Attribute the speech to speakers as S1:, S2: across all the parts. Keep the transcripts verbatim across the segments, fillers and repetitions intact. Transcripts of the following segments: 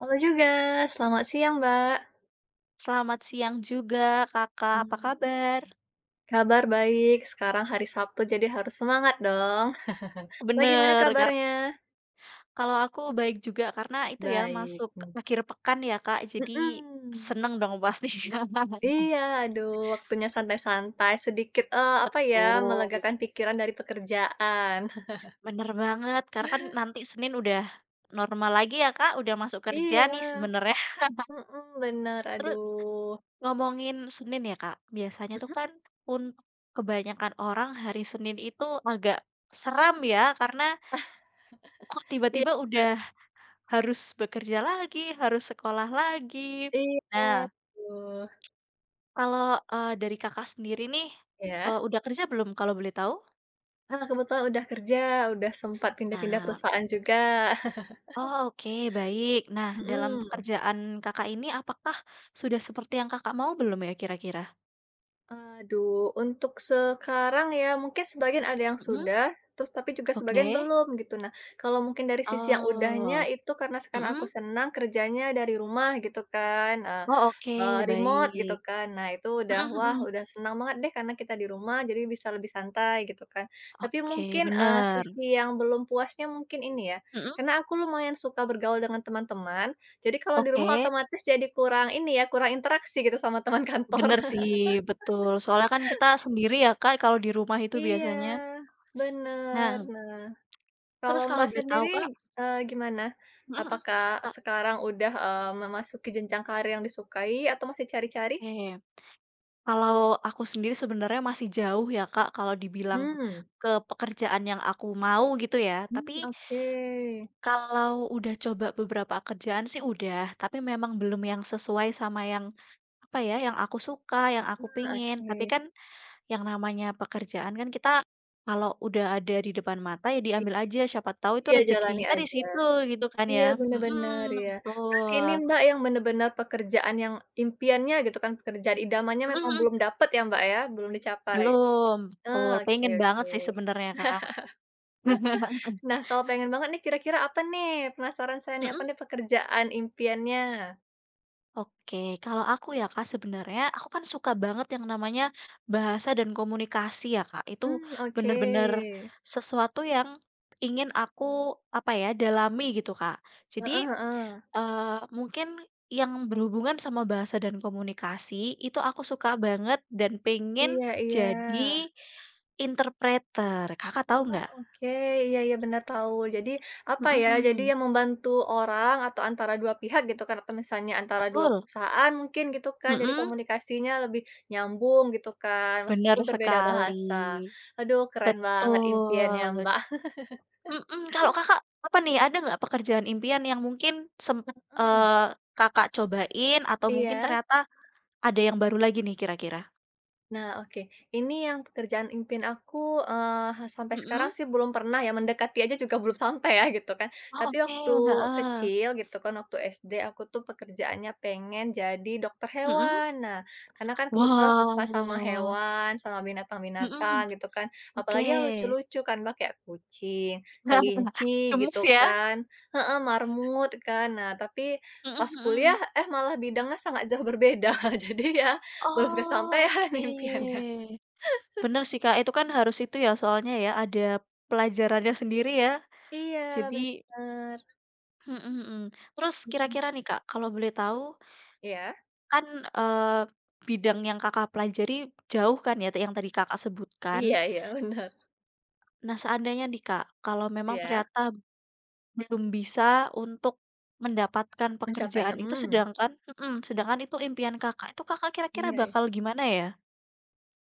S1: Halo juga, selamat siang, Mbak.
S2: Selamat siang juga Kakak, apa
S1: Mmm.
S2: kabar?
S1: Kabar baik, sekarang hari Sabtu jadi harus semangat dong. Mbak gimana
S2: Bener, kar
S1: kabarnya?
S2: kalau aku baik juga karena itu ya
S1: Baik,
S2: masuk
S1: mmm.
S2: akhir pekan ya Kak, jadi
S1: Mhm.
S2: seneng dong pastinya.
S1: Iya, aduh waktunya santai-santai sedikit, eee, apa ya,
S2: Betul,
S1: melegakan pikiran dari pekerjaan.
S2: bener banget karena kan nanti Senin udah normal lagi ya Kak, udah masuk kerja nih
S1: Iya,
S2: sebenarnya.
S1: mhm, bener,
S2: Terus
S1: aduh.
S2: ngomongin Senin ya Kak, biasanya tuh
S1: Mhm,
S2: kan untuk kebanyakan orang hari Senin itu agak seram ya karena kok
S1: iya
S2: tiba-tiba udah harus bekerja lagi, harus sekolah lagi.
S1: iya,
S2: Nah,
S1: aduh,
S2: kalau, eee, dari Kakak sendiri nih,
S1: ya?
S2: eee, udah kerja belum kalau boleh tahu?
S1: Ah, kebetulan udah kerja, udah sempat pindah-pindah
S2: Nah,
S1: perusahaan juga.
S2: oh oke, baik. Nah, dalam
S1: Mhm.
S2: pekerjaan Kakak ini apakah sudah seperti yang Kakak mau belum ya kira-kira?
S1: Aduh, untuk sekarang ya mungkin sebagian ada yang
S2: Mhm,
S1: sudah, terus tapi juga sebagian
S2: oke.
S1: belum gitu. Nah, kalau mungkin dari sisi yang udahnya
S2: Oh,
S1: itu karena sekarang aku
S2: mhm.
S1: senang kerjanya dari rumah gitu kan, eee
S2: Oh
S1: eee,
S2: oke,
S1: remote gitu
S2: baik.
S1: kan. Nah itu udah,
S2: Mhm
S1: wah
S2: mhm.
S1: udah senang banget deh karena kita di rumah jadi bisa lebih santai gitu kan. Tapi
S2: Oke,
S1: mungkin, eee,
S2: bener.
S1: sisi yang belum puasnya mungkin ini ya,
S2: Mhm,
S1: karena aku lumayan suka bergaul dengan teman-teman, jadi kalau di rumah
S2: oke.
S1: otomatis jadi kurang ini ya, kurang interaksi gitu sama teman kantor.
S2: Benar sih, betul. Soalnya kan kita sendiri ya Kak, kalau di rumah itu
S1: Iya,
S2: biasanya.
S1: bener.
S2: Nah.
S1: Nah, kalau
S2: Terus kalau
S1: Mbak
S2: boleh tahu
S1: sendiri,
S2: Kak,
S1: eee, gimana?
S2: mhm mhm,
S1: Apakah
S2: Kak,
S1: sekarang udah, eee, memasuki jenjang karir yang disukai atau masih cari-cari?
S2: oke. Kalau aku sendiri sebenarnya masih jauh ya Kak, kalau dibilang
S1: Hmm.
S2: ke pekerjaan yang aku mau gitu ya.
S1: Mmm,
S2: Tapi
S1: oke.
S2: kalau udah coba beberapa kerjaan sih udah, tapi memang belum yang sesuai sama yang, apa ya, yang aku suka, yang aku
S1: Ah,
S2: pengen. Tapi
S1: oke.
S2: kan yang namanya pekerjaan kan kita kalau udah ada di depan mata ya
S1: I
S2: diambil aja, siapa tahu itu
S1: iya,
S2: rezeki
S1: jalani
S2: kita di
S1: aja.
S2: situ gitu kan ya.
S1: Iya, bener bener,
S2: Mhm,
S1: ya. Berarti ini
S2: betul.
S1: Mbak yang bener-bener pekerjaan yang impiannya gitu kan, pekerjaan idamannya
S2: Mhm
S1: memang
S2: mhm.
S1: belum dapet ya Mbak ya, belum dicapai?
S2: Belum,
S1: Ah,
S2: betul.
S1: oke
S2: Pengen
S1: oke.
S2: banget sih sebenarnya, Kak.
S1: Nah, kalau pengen banget nih kira-kira apa nih? Penasaran saya nih, apa
S2: Mhm,
S1: nih pekerjaan impiannya?
S2: oke. Kalau aku ya, Kak, sebenarnya aku kan suka banget yang namanya bahasa dan komunikasi ya, Kak. Itu
S1: Mmm, oke.
S2: bener-bener sesuatu yang ingin aku, apa ya, dalami gitu, Kak. Jadi,
S1: Heeh heeh.
S2: eee, mungkin yang berhubungan sama bahasa dan komunikasi itu aku suka banget dan pengen
S1: Iya iya.
S2: jadi interpreter. Kakak tahu
S1: Oh,
S2: nggak?
S1: oke. Iya iya, bener tahu. Jadi apa ya, jadi
S2: Mhm,
S1: yang membantu orang atau antara dua pihak gitu kan, atau misalnya antara dua
S2: betul,
S1: perusahaan mungkin gitu kan, jadi
S2: mhm.
S1: komunikasinya lebih nyambung gitu kan,
S2: Bener
S1: meskipun berbeda
S2: sekali,
S1: bahasa. Aduh, keren banget impiannya,
S2: betul.
S1: Mbak.
S2: Mhm, kalau Kakak, apa nih, ada nggak pekerjaan impian yang mungkin sempet,
S1: Heeh.
S2: eee, Kakak cobain atau mungkin
S1: Iya?
S2: ternyata ada yang baru lagi nih kira-kira?
S1: Nah, oke. Ini yang pekerjaan impian aku, eee, sampai
S2: Mhm.
S1: sekarang sih belum pernah ya, mendekati aja juga belum sampai ya, gitu kan.
S2: Oh,
S1: Tapi
S2: oke,
S1: waktu
S2: heeh,
S1: kecil gitu kan, waktu S D aku tuh pekerjaannya pengen jadi dokter
S2: mhm.
S1: hewan. Nah, karena kan kebetulan suka sama
S2: Wah,
S1: hewan, sama binatang-binatang
S2: mhm,
S1: gitu kan,
S2: oke.
S1: apalagi yang lucu-lucu kan, Mbak, kayak kucing, kelinci gitu
S2: Gemes ya?
S1: kan heeh, marmut kan. Nah, tapi
S2: Mhm
S1: pas kuliah,
S2: mhm.
S1: eh, malah bidangnya sangat jauh berbeda. Jadi ya belum
S2: Oh,
S1: kesampaian
S2: oke.
S1: impiannya.
S2: Bener sih, Kak, itu kan harus itu ya soalnya ya, ada pelajarannya sendiri ya.
S1: Iya,
S2: Jadi
S1: bener.
S2: mhm mhm. Terus
S1: Mhm.
S2: kira-kira nih Kak, kalau boleh tahu
S1: Iya,
S2: kan, eee, bidang yang Kakak pelajari jauh kan ya yang tadi Kakak sebutkan.
S1: iya iya, bener.
S2: Nah seandainya nih Kak, kalau memang
S1: Iya,
S2: ternyata belum bisa untuk mendapatkan
S1: mencapainya
S2: pekerjaan itu
S1: mmm,
S2: sedangkan mhm, sedangkan itu impian Kakak, itu Kakak kira-kira
S1: iya. Iya.
S2: bakal gimana ya?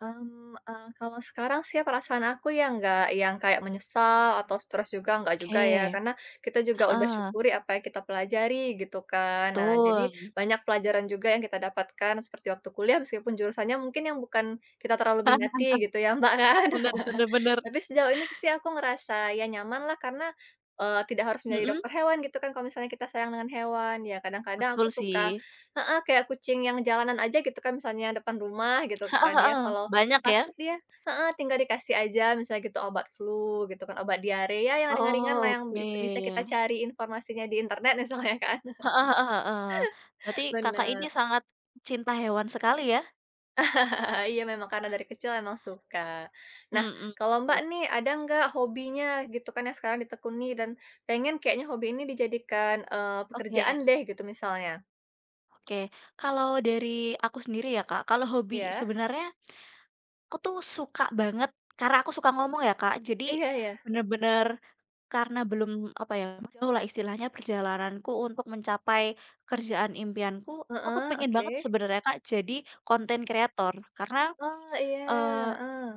S1: Mmm, eee, kalau sekarang sih ya perasaan aku ya nggak yang kayak menyesal atau stres juga, nggak juga ya.
S2: Oke,
S1: Karena kita juga udah
S2: heeh,
S1: syukuri apa yang kita pelajari gitu kan. Nah, jadi
S2: betul.
S1: banyak pelajaran juga yang kita dapatkan seperti waktu kuliah meskipun jurusannya mungkin yang bukan kita terlalu minati gitu ya, Mbak, kan.
S2: Bener bener bener,
S1: Tapi sejauh ini sih aku ngerasa ya nyaman lah karena, eee, tidak harus menjadi
S2: mhm,
S1: dokter hewan gitu kan kalau misalnya kita sayang dengan hewan. Ya kadang-kadang aku
S2: betul
S1: suka
S2: sih.
S1: heeh, kayak kucing yang jalanan aja gitu kan misalnya depan rumah gitu
S2: Heeh
S1: kan ya,
S2: heeh,
S1: kalau
S2: banyak ya?
S1: sakit ya, heeh, tinggal dikasih aja misalnya gitu obat flu gitu kan, obat diare ya yang ringan-ringan lah
S2: Oh,
S1: yang
S2: oke.
S1: bis bisa kita cari informasinya di internet misalnya kan.
S2: Heeh heeh heeh. Berarti Kakak ini
S1: Bener,
S2: sangat cinta hewan sekali ya?
S1: heeh, iya memang karena dari kecil emang suka. Nah
S2: Mhm.
S1: kalau Mbak nih ada nggak hobinya gitu kan yang sekarang ditekuni dan pengen kayaknya hobi ini dijadikan, eee, pekerjaan
S2: Oke
S1: deh gitu misalnya?
S2: oke. Kalau dari aku sendiri ya, Kak, kalau hobi
S1: Iya?
S2: sebenarnya aku tuh suka banget karena aku suka ngomong ya, Kak, jadi
S1: Iya iya.
S2: bener-bener karena belum, apa ya, jauh lah istilahnya perjalananku untuk mencapai kerjaan impianku, aku tuh
S1: Heeh,
S2: pengen banget
S1: oke.
S2: sebenarnya, Kak, jadi content creator karena,
S1: Oh iya,
S2: eee
S1: heeh,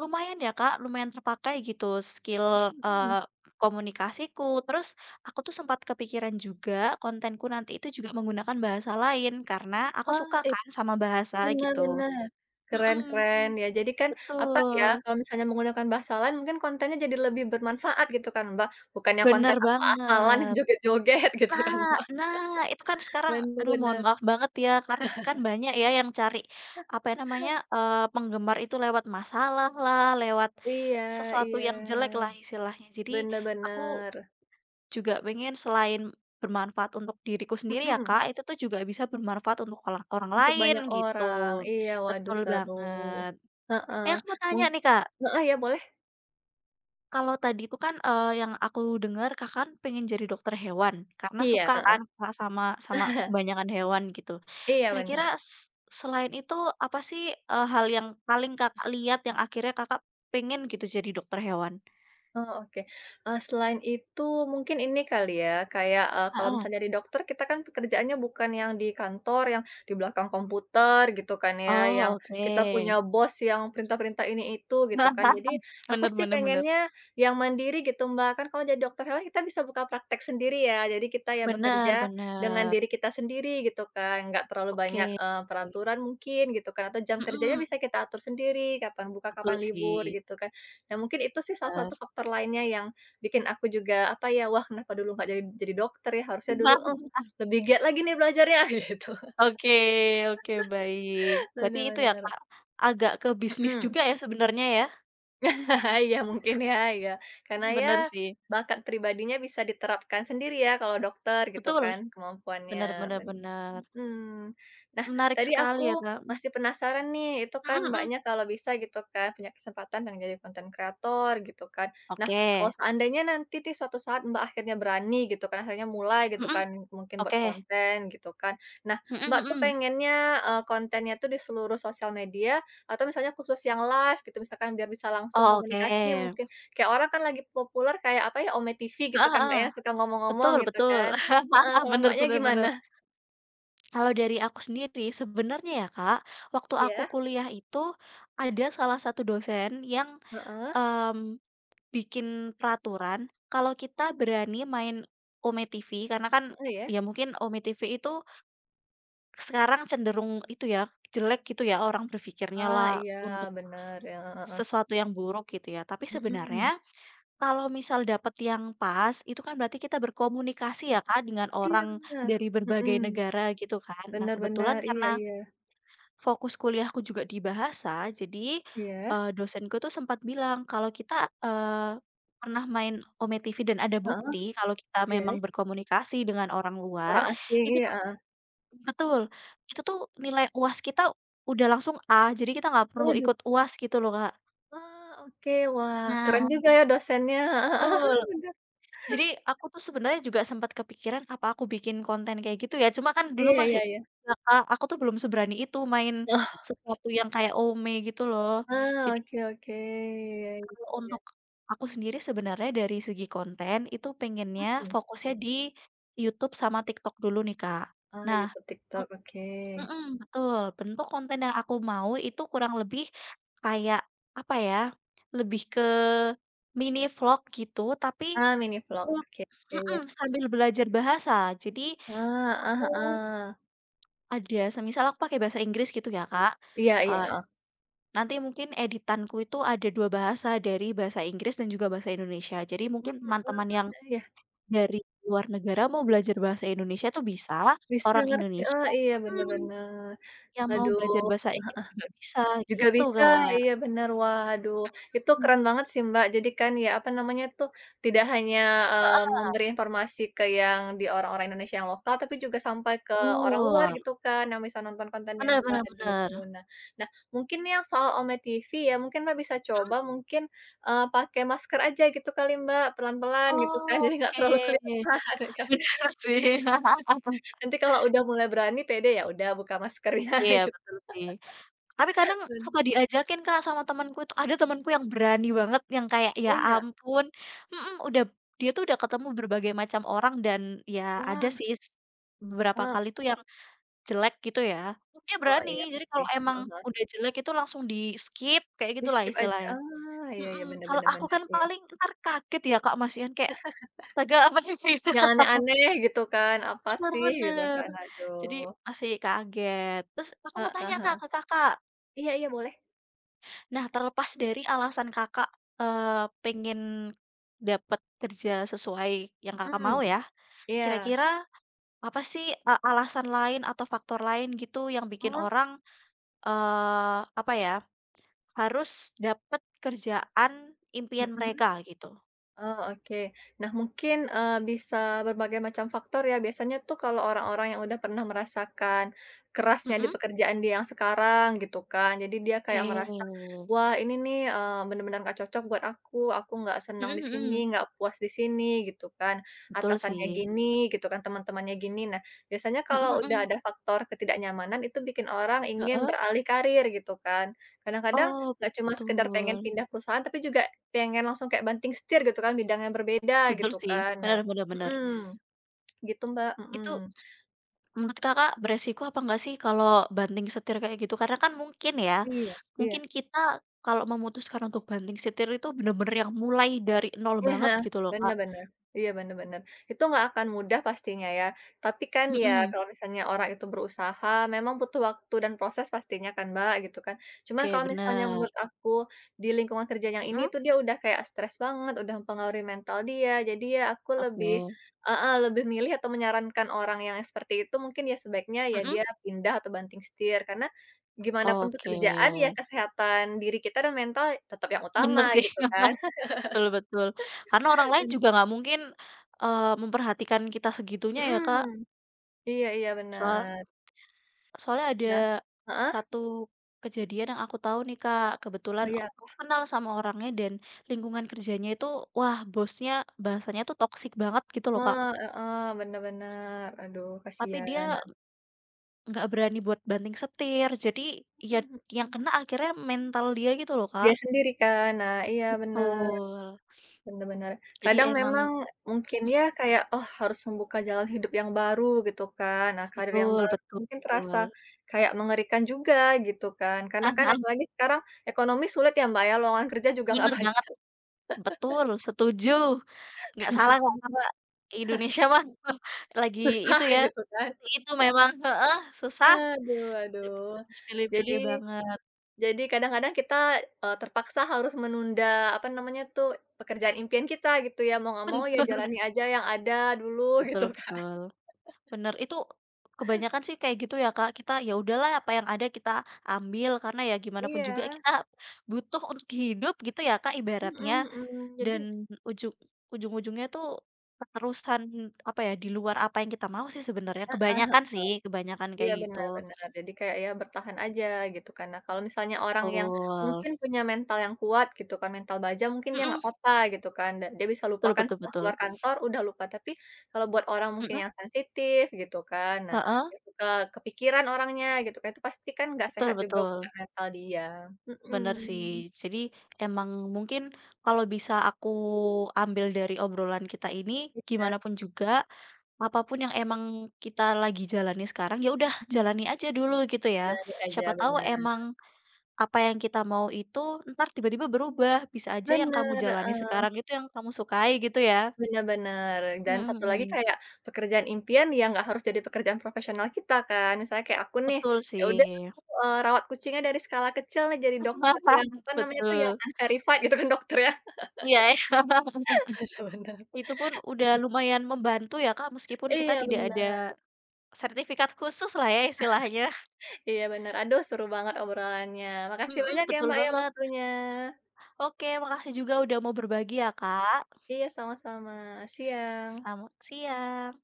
S2: lumayan ya Kak, lumayan terpakai gitu skill,
S1: mhm.
S2: eee, komunikasiku. Terus aku tuh sempat kepikiran juga kontenku nanti itu juga menggunakan bahasa lain karena aku
S1: Oh
S2: suka
S1: iya.
S2: kan sama bahasa
S1: Bener
S2: gitu.
S1: bener. Keren
S2: Mhm,
S1: keren. Ya jadi kan, apa ya,
S2: betul,
S1: kalau misalnya menggunakan bahasa lain mungkin kontennya jadi lebih bermanfaat gitu kan, Mbak. Bukannya
S2: bener
S1: konten asal-asalan
S2: banget.
S1: joget-joget gitu
S2: Nah
S1: kan, Mbak.
S2: nah, itu kan sekarang
S1: Bener
S2: aduh mohon
S1: bener.
S2: maaf banget ya kan kan banyak ya yang cari apa ya namanya, eee, penggemar itu lewat masalah lah, lewat
S1: Iya
S2: sesuatu
S1: iya.
S2: yang jelek lah istilahnya. Jadi
S1: Bener
S2: aku
S1: bener.
S2: juga pengen selain bermanfaat untuk diriku sendiri ya,
S1: Mhm.
S2: Kak, itu tuh juga bisa bermanfaat untuk orang orang
S1: Untuk
S2: lain
S1: banyak
S2: gitu.
S1: orang. Iya, waduh
S2: Betul
S1: seru.
S2: banget.
S1: Heeh.
S2: Eh, aku mau
S1: Mung
S2: tanya nih, Kak,
S1: heeh, ya boleh?
S2: kalau tadi itu kan, eee, yang aku dengar Kakak kan pengen jadi dokter hewan karena
S1: Iya,
S2: suka kan Kakak sama
S1: heeh.
S2: sama kebanyakan hewan gitu.
S1: Iya
S2: Kira-kira
S1: bener.
S2: s selain itu apa sih, eee, hal yang paling Kakak lihat yang akhirnya Kakak pengen gitu jadi dokter hewan?
S1: Oh, oke. Eee, selain itu mungkin ini kali ya, kayak, eee, kalau
S2: Heeh.
S1: misalnya di dokter kita kan pekerjaannya bukan yang di kantor, yang di belakang komputer gitu kan ya,
S2: Oh,
S1: yang kita
S2: oke.
S1: punya bos yang perintah-perintah ini itu gitu kan. Jadi aku
S2: Bener
S1: sih
S2: bener bener.
S1: pengennya yang mandiri gitu Mbak, kan kalau jadi dokter hewan kita bisa buka praktek sendiri ya. Jadi kita ya
S2: Bener
S1: bekerja dengan
S2: bener.
S1: diri kita sendiri gitu kan, nggak terlalu banyak,
S2: Oke.
S1: eee, peraturan mungkin gitu kan, atau jam kerjanya
S2: Mhm,
S1: bisa kita atur sendiri, kapan buka,
S2: betul
S1: kapan
S2: sih,
S1: libur gitu kan. Nah, mungkin itu sih salah satu
S2: bener.
S1: faktor lainnya yang bikin aku juga, apa ya, "Wah, kenapa dulu nggak jadi jadi dokter ya? Harusnya dulu, eh, lebih giat lagi nih belajarnya," gitu.
S2: Oke oke, baik. Berarti itu ya,
S1: Benar-benar.
S2: Kak, agak ke bisnis juga ya sebenarnya ya?
S1: Iya mungkin ya, ya karena ya
S2: Bener sih.
S1: bakat pribadinya bisa diterapkan sendiri ya kalau dokter gitu
S2: Betul,
S1: kan
S2: bener
S1: kemampuannya,
S2: bener
S1: bener.
S2: bener.
S1: Mhm. Nah
S2: Menarik
S1: tadi
S2: sekali ya,
S1: aku
S2: Kak.
S1: masih penasaran nih, itu
S2: Mhm
S1: kan
S2: mhm.
S1: Mbaknya kalau bisa gitu kan punya kesempatan pengen jadi konten kreator gitu kan. Nah kalau
S2: Oke.
S1: seandainya nanti di suatu saat Mbak akhirnya berani gitu kan, akhirnya mulai gitu
S2: Mhm,
S1: kan mungkin buat
S2: oke.
S1: konten gitu kan. Nah
S2: Mhm
S1: Mbak tuh
S2: mhm.
S1: pengennya, eee, kontennya tuh di seluruh sosial media atau misalnya kursus yang live gitu, misalkan biar bisa langsung
S2: Oh,
S1: komunikasi
S2: oke.
S1: mungkin. Kayak orang kan lagi populer kayak apa ya, Ome T V gitu
S2: Heeh
S1: kan, Mbak,
S2: heeh.
S1: ya, suka ngomong-ngomong
S2: Betul
S1: gitu
S2: betul.
S1: kan. Heeh, kalau
S2: Bener
S1: Mbaknya
S2: bener bener.
S1: gimana?
S2: Kalau dari aku sendiri, sebenarnya ya Kak, waktu aku
S1: Iya?
S2: kuliah itu ada salah satu dosen yang
S1: Heeh
S2: mmm, bikin peraturan kalau kita berani main Ome T V karena kan
S1: heeh, ya?
S2: ya mungkin Ome T V itu sekarang cenderung itu ya, jelek gitu ya orang berpikirnya
S1: Ah,
S2: lah
S1: iya
S2: untuk
S1: bener, ya, heeh heeh.
S2: sesuatu yang buruk gitu ya. Tapi sebenarnya
S1: Mhm.
S2: kalau misal dapet yang pas, itu kan berarti kita berkomunikasi ya Kak dengan
S1: Iya
S2: orang
S1: bener,
S2: dari berbagai
S1: mhm.
S2: negara gitu kan. Nah
S1: Bener
S2: kebetulan
S1: bener, iya
S2: karena
S1: iya.
S2: fokus kuliahku juga di bahasa, jadi,
S1: Iya,
S2: eee, dosenku tuh sempat bilang kalau kita, eee, pernah main Ometivy dan ada
S1: heeh,
S2: bukti kalau kita
S1: iya.
S2: memang berkomunikasi dengan orang luar,
S1: Orang asing,
S2: itu
S1: iya,
S2: tuh
S1: heeh.
S2: betul, itu tuh nilai U A S kita udah langsung A, jadi kita nggak perlu
S1: Waduh,
S2: ikut U A S gitu loh, Kak.
S1: ah, oke, wah keren
S2: Nah.
S1: juga ya dosennya, heeh
S2: Betul,
S1: heeh, bener.
S2: jadi aku tuh sebenarnya juga sempat kepikiran apa aku bikin konten kayak gitu ya, cuma kan dulu
S1: Iya
S2: masih
S1: iya iya.
S2: ya, Kak, aku tuh belum seberani itu main
S1: Oh,
S2: sesuatu yang kayak Ome gitu loh.
S1: ah,
S2: Jadi
S1: oke oke, iya
S2: kalau
S1: iya.
S2: untuk aku sendiri sebenarnya dari segi konten itu pengennya
S1: Mmm,
S2: fokusnya di YouTube sama TikTok dulu nih, Kak.
S1: ah,
S2: Nah,
S1: YouTube, TikTok,
S2: ok
S1: oke.
S2: mhm, betul. Bentuk konten yang aku mau itu kurang lebih kayak, apa ya, lebih ke mini vlog gitu tapi
S1: Ah, mini vlog,
S2: vlog
S1: oke oke, ya.
S2: mhm, sambil belajar bahasa. Jadi
S1: Ah, heeh
S2: aku
S1: heeh.
S2: ada semisal aku pakai bahasa Inggris gitu ya, Kak,
S1: Iya iya,
S2: eh,
S1: heeh.
S2: nanti mungkin editanku itu ada dua bahasa, dari bahasa Inggris dan juga bahasa Indonesia. Jadi
S1: Mhm,
S2: mungkin teman-teman yang
S1: eee, iya,
S2: dari luar negara mau belajar bahasa Indonesia itu bisa,
S1: bisa
S2: orang
S1: ngerti,
S2: Indonesia
S1: oh, iya, bener
S2: mhm,
S1: bener.
S2: yang mau belajar
S1: Aduh.
S2: bahasa Inggris juga bisa,
S1: Juga
S2: gitu,
S1: bisa,
S2: Kak.
S1: iya bener. Waduh, itu
S2: Mhm.
S1: keren banget sih, Mbak. Jadi kan ya, apa namanya tuh, tidak hanya, eee, memberi informasi ke yang di orang-orang Indonesia yang lokal, tapi juga sampai ke orang luar
S2: Betul.
S1: gitu kan, yang bisa nonton konten yang
S2: Bener
S1: Mbak,
S2: bener bener.
S1: aduh. Nah nah, mungkin nih yang soal Ome T V ya, mungkin Mbak bisa coba mungkin, eee, pakai masker aja gitu kali, Mbak, pelan-pelan gitu kan, jadi nggak terlalu kelihatan
S2: Oke,
S1: ya kan.
S2: bener sih.
S1: Nanti kalau udah mulai berani, pede, ya udah buka maskernya
S2: Iya,
S1: gitu
S2: betul sih. Tapi kadang
S1: kan.
S2: suka diajakin Kak sama temanku itu, ada temanku yang berani banget yang kayak ya
S1: Oh, iya?
S2: ampun mhm, udah dia tuh udah ketemu berbagai macam orang dan ya ada
S1: Wah,
S2: sih s beberapa kali tuh yang jelek gitu ya, dia
S1: oh
S2: berani.
S1: iya
S2: Jadi
S1: pasti,
S2: kalau emang
S1: heeh heeh,
S2: udah jelek itu langsung di-skip kayak gitulah
S1: di-skip aja,
S2: istilahnya.
S1: ah, iya
S2: Mhm,
S1: iya bener
S2: kalau
S1: bener
S2: aku
S1: bener,
S2: kan
S1: iya.
S2: paling entar kaget ya Kak, Mas, Ian kayak, "Astaga apa sih ini?"
S1: Yang aneh-aneh gitu kan, apa
S2: Bener
S1: sih gitu
S2: bener.
S1: kan,
S2: Jadi
S1: aduh,
S2: masih kaget. Terus aku mau
S1: heeh
S2: tanya Kak,
S1: heeh,
S2: ke Kakak.
S1: iya iya boleh,
S2: Nah, terlepas dari alasan Kakak, eee, pengen dapat kerja sesuai yang Kakak
S1: mhm,
S2: mau ya,
S1: iya,
S2: kira-kira apa sih, e alasan lain atau faktor lain gitu yang bikin
S1: heeh,
S2: orang, eee, apa ya, harus dapat kerjaan impian
S1: mhm.
S2: mereka gitu?
S1: Oh, oke. Nah, mungkin, eee, bisa berbagai macam faktor ya. Biasanya tuh kalau orang-orang yang udah pernah merasakan kerasnya di
S2: Mhm.
S1: pekerjaan dia yang sekarang gitu kan, jadi dia kayak merasa,
S2: Oke.
S1: "Wah, ini nih, eee, bener-bener nggak cocok buat aku. Aku nggak senang
S2: Mhm
S1: di sini,
S2: mhm.
S1: nggak puas di sini," gitu kan.
S2: Betul
S1: Atasannya
S2: sih.
S1: gini gitu kan, teman-temannya gini. Nah, biasanya
S2: Mhm
S1: kalau udah
S2: mhm.
S1: ada faktor ketidaknyamanan itu bikin orang ingin
S2: Heeh.
S1: beralih karir gitu kan. Kadang-kadang
S2: Oh,
S1: nggak cuma sekedar pengen
S2: betul.
S1: pindah perusahaan, tapi juga pengen langsung kayak banting setir gitu kan, bidang yang berbeda
S2: Betul
S1: gitu
S2: sih.
S1: kan. Nah
S2: Benar benar benar.
S1: mhm, gitu Mbak, mhm.
S2: Itu menurut Kakak beresiko apa nggak sih kalau banting setir kayak gitu? Karena kan mungkin ya,
S1: Iya iya.
S2: mungkin kita kalau memutuskan untuk banting setir itu bener-bener yang mulai dari nol
S1: Iya,
S2: banget
S1: heeh,
S2: gitu loh,
S1: bener
S2: Kak.
S1: bener. Iya, bener bener. Itu nggak akan mudah pastinya ya, tapi kan ya
S2: Mhm,
S1: kalau misalnya orang itu berusaha memang butuh waktu dan proses pastinya kan, Mbak, gitu kan. Cuman
S2: oke
S1: kalau misalnya
S2: bener,
S1: menurut aku di lingkungan kerja yang ini
S2: mhm,
S1: tuh dia udah kayak stres banget, udah mempengaruhi mental dia, jadi ya aku lebih
S2: oke,
S1: heeh, lebih milih atau menyarankan orang yang seperti itu mungkin ya sebaiknya ya dia
S2: mhm,
S1: pindah atau banting setir, karena gimana pun
S2: oke.
S1: pekerjaan ya kesehatan diri kita dan mental tetap yang utama
S2: Bener sih,
S1: gitu kan.
S2: betul betul. Karena orang lain juga nggak mungkin, eee, memperhatikan kita segitunya ya, Kak.
S1: Mhm, iya iya
S2: Soal
S1: bener.
S2: Soalnya ada
S1: Nah heeh?
S2: satu kejadian yang aku tahu nih, Kak.
S1: Oh
S2: Kebetulan o
S1: iya,
S2: aku kenal sama orangnya dan lingkungan kerjanya itu, wah, bosnya bahasanya tuh toksik banget gitu loh, Kak.
S1: heeh heeh, bener bener, aduh
S2: Tapi
S1: kasihan.
S2: dia
S1: Nah
S2: nggak berani buat banting setir. Jadi ya
S1: mhm
S2: yang
S1: mhm.
S2: kena akhirnya mental dia gitu loh,
S1: Dia
S2: Kak.
S1: sendiri kan, nah iya bener,
S2: Betul.
S1: bener bener.
S2: Jadi
S1: Kadang
S2: emang
S1: memang mungkin
S2: mhm,
S1: ya kayak, oh harus membuka jalan hidup yang baru gitu kan, nah karir yang
S2: betul
S1: baru
S2: betul.
S1: mungkin terasa kayak mengerikan juga gitu kan, karena kan apalagi sekarang ekonomi sulit ya Mbak ya, lowongan kerja juga nggak
S2: Bener banget,
S1: banyak,
S2: betul, setuju. Nggak salah
S1: dan
S2: kok karena Indonesia mah lagi itu
S1: susah
S2: ya,
S1: gitu kan.
S2: seperti itu memang heeh, susah
S1: Aduh aduh,
S2: harus
S1: jadi
S2: pilih-pilih banget,
S1: Jadi kadang-kadang kita, eee, terpaksa harus menunda, apa namanya tuh, pekerjaan impian kita gitu ya, mau nggak mau ya
S2: bener,
S1: jalani aja yang ada dulu
S2: betul
S1: gitu, kan.
S2: betul, bener. Itu kebanyakan sih kayak gitu ya, Kak, kita ya udahlah apa yang ada kita ambil karena ya gimana pun juga
S1: Iya,
S2: kita butuh untuk hidup gitu ya, Kak, ibaratnya
S1: mhm mhm, jadi
S2: dan ujung ujung-ujungnya tuh keterusan, apa ya, di luar apa yang kita mau sih sebenarnya, kebanyakan sih, kebanyakan
S1: iya,
S2: kayak gitu,
S1: benar benar. Jadi kayak ya bertahan aja gitu kan. Nah, kalau misalnya orang yang
S2: betul,
S1: mungkin punya mental yang kuat gitu kan, mental baja mungkin dia
S2: mhm,
S1: nggak apa-apa gitu kan, da dia bisa
S2: betul
S1: lupakan
S2: betul
S1: setelah
S2: betul.
S1: keluar kantor udah lupa. Tapi kalau buat orang mungkin
S2: Mhm,
S1: yang sensitif gitu kan, nah
S2: heeh,
S1: yang suka kepikiran orangnya gitu kan, itu pasti kan nggak
S2: betul
S1: sehat juga buat
S2: betul,
S1: mental dia.
S2: bener sih.
S1: Mhm.
S2: Jadi emang mungkin kalau bisa aku ambil dari obrolan kita ini,
S1: Iya,
S2: gimana pun juga, apapun yang emang kita lagi jalani sekarang, ya udah
S1: mhm,
S2: jalani aja dulu gitu ya.
S1: jalani aja,
S2: Siapa tahu
S1: benar.
S2: emang apa yang kita mau itu ntar tiba-tiba berubah, bisa aja yang kamu
S1: Bener,
S2: jalani sekarang itu yang kamu sukai gitu ya.
S1: bener bener, dan
S2: Mhm
S1: satu lagi
S2: mhm,
S1: kayak pekerjaan impian yang nggak harus jadi pekerjaan profesional kita kan. Misalnya kayak aku nih,
S2: betul
S1: ya
S2: sih.
S1: udah aku, eee, rawat kucingnya dari skala kecil nih jadi dokter yang apa namanya tuh, yang
S2: Betul,
S1: unverified gitu kan dokter ya.
S2: iya.
S1: Bener bener.
S2: Itu pun udah lumayan membantu ya, Kak, meskipun kita
S1: Iya
S2: tidak ada
S1: bener
S2: sertifikat khusus lah ya istilahnya.
S1: iya bener. Aduh seru banget obrolannya. Makasih
S2: Mhm,
S1: banyak ya
S2: betul
S1: Mbak ya
S2: banget.
S1: waktunya.
S2: Oke, makasih juga udah mau berbagi ya, Kak.
S1: Iya sama-sama, siang.
S2: Selamat siang.